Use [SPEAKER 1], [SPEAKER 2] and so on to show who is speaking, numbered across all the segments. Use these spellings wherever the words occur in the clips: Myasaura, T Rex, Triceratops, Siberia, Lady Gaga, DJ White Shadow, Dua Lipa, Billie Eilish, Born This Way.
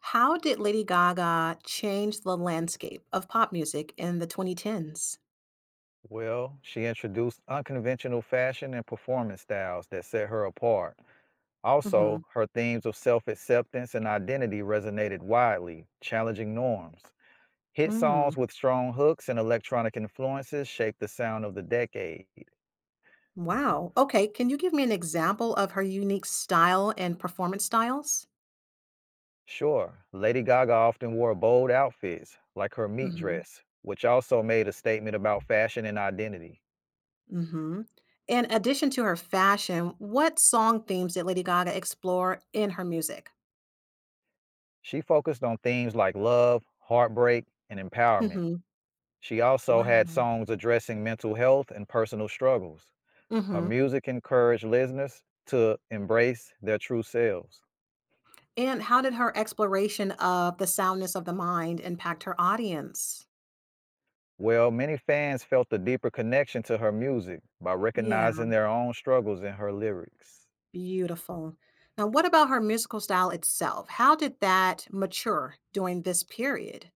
[SPEAKER 1] How did Lady Gaga change the landscape of pop music in the 2010s?
[SPEAKER 2] Well, she introduced unconventional fashion and performance styles that set her apart. Also,
[SPEAKER 1] Hmm.
[SPEAKER 2] her themes of self acceptance and identity resonated widely, challenging norms. Hit songs
[SPEAKER 1] Mm,
[SPEAKER 2] with strong hooks and electronic influences shaped the sound of the decade.
[SPEAKER 1] wow. Okay. Can you give me an example of her unique style and performance styles?
[SPEAKER 2] Sure, Lady Gaga often wore bold outfits, like her meat
[SPEAKER 1] Hmm.
[SPEAKER 2] dress, which also made a statement about fashion and identity.
[SPEAKER 1] Hmm. In addition to her fashion, what song themes did Lady Gaga explore in her music?
[SPEAKER 2] She focused on themes like love, heartbreak, and empowerment.
[SPEAKER 1] Hmm.
[SPEAKER 2] She also had
[SPEAKER 1] Wow.
[SPEAKER 2] songs addressing mental health and personal struggles. Her
[SPEAKER 1] Hmm.
[SPEAKER 2] music encouraged listeners to embrace their true selves.
[SPEAKER 1] And how did her exploration of the soundness of the mind impact her audience?
[SPEAKER 2] Well, many fans felt a deeper connection to her music by
[SPEAKER 1] Yeah.
[SPEAKER 2] recognizing their own struggles in her lyrics.
[SPEAKER 1] Beautiful. Now, what about her musical style itself? How did that mature during this period?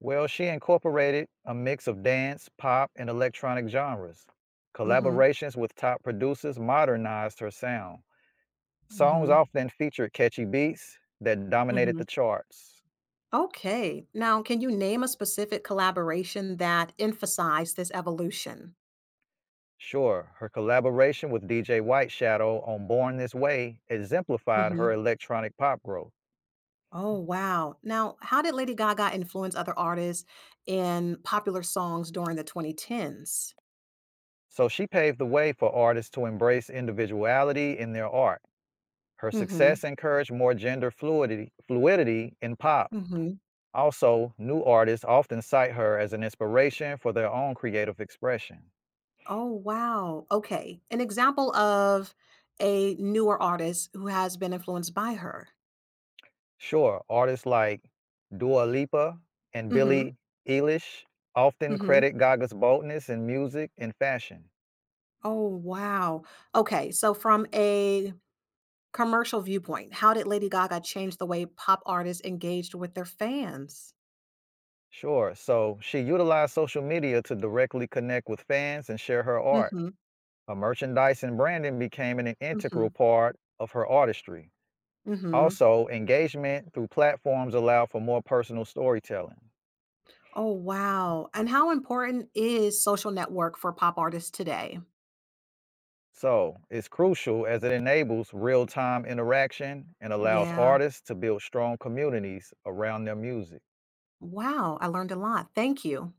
[SPEAKER 2] Well, she incorporated a mix of dance, pop, and electronic genres.
[SPEAKER 1] Hmm.
[SPEAKER 2] Collaborations with top producers modernized her sound. Songs
[SPEAKER 1] Hmm.
[SPEAKER 2] often featured catchy beats that dominated
[SPEAKER 1] Hmm.
[SPEAKER 2] the charts.
[SPEAKER 1] Okay. Now, can you name a specific collaboration that emphasized this evolution?
[SPEAKER 2] Sure, her collaboration with DJ White Shadow on Born This Way exemplified her
[SPEAKER 1] Hmm.
[SPEAKER 2] electronic pop growth.
[SPEAKER 1] Oh, wow. Now, how did Lady Gaga influence other artists in popular songs during the 2010s?
[SPEAKER 2] So she paved the way for artists to embrace individuality in their art. Her
[SPEAKER 1] Hmm.
[SPEAKER 2] success encouraged more gender fluidity in pop.
[SPEAKER 1] Hmm.
[SPEAKER 2] Also, new artists often cite her as an inspiration for their own creative expression.
[SPEAKER 1] Oh, wow. Okay. An example of a newer artist who has been influenced by her.
[SPEAKER 2] Sure, artists like Dua Lipa and
[SPEAKER 1] Mhm,
[SPEAKER 2] Billie Eilish often
[SPEAKER 1] mhm.
[SPEAKER 2] credit Gaga's boldness in music and fashion.
[SPEAKER 1] Oh, wow. Okay, so from a commercial viewpoint, how did Lady Gaga change the way pop artists engaged with their fans?
[SPEAKER 2] Sure. So she utilized social media to directly connect with fans and share her art.
[SPEAKER 1] Mhm,
[SPEAKER 2] Her merchandise and branding became an integral
[SPEAKER 1] mhm,
[SPEAKER 2] part of her artistry.
[SPEAKER 1] mhm.
[SPEAKER 2] Also, engagement through platforms allow for more personal storytelling.
[SPEAKER 1] Oh, wow, and how important is social network for pop artists today?
[SPEAKER 2] So it's crucial as it enables real time interaction and allows
[SPEAKER 1] Yeah.
[SPEAKER 2] artists to build strong communities around their music.
[SPEAKER 1] Wow, I learned a lot. Thank you.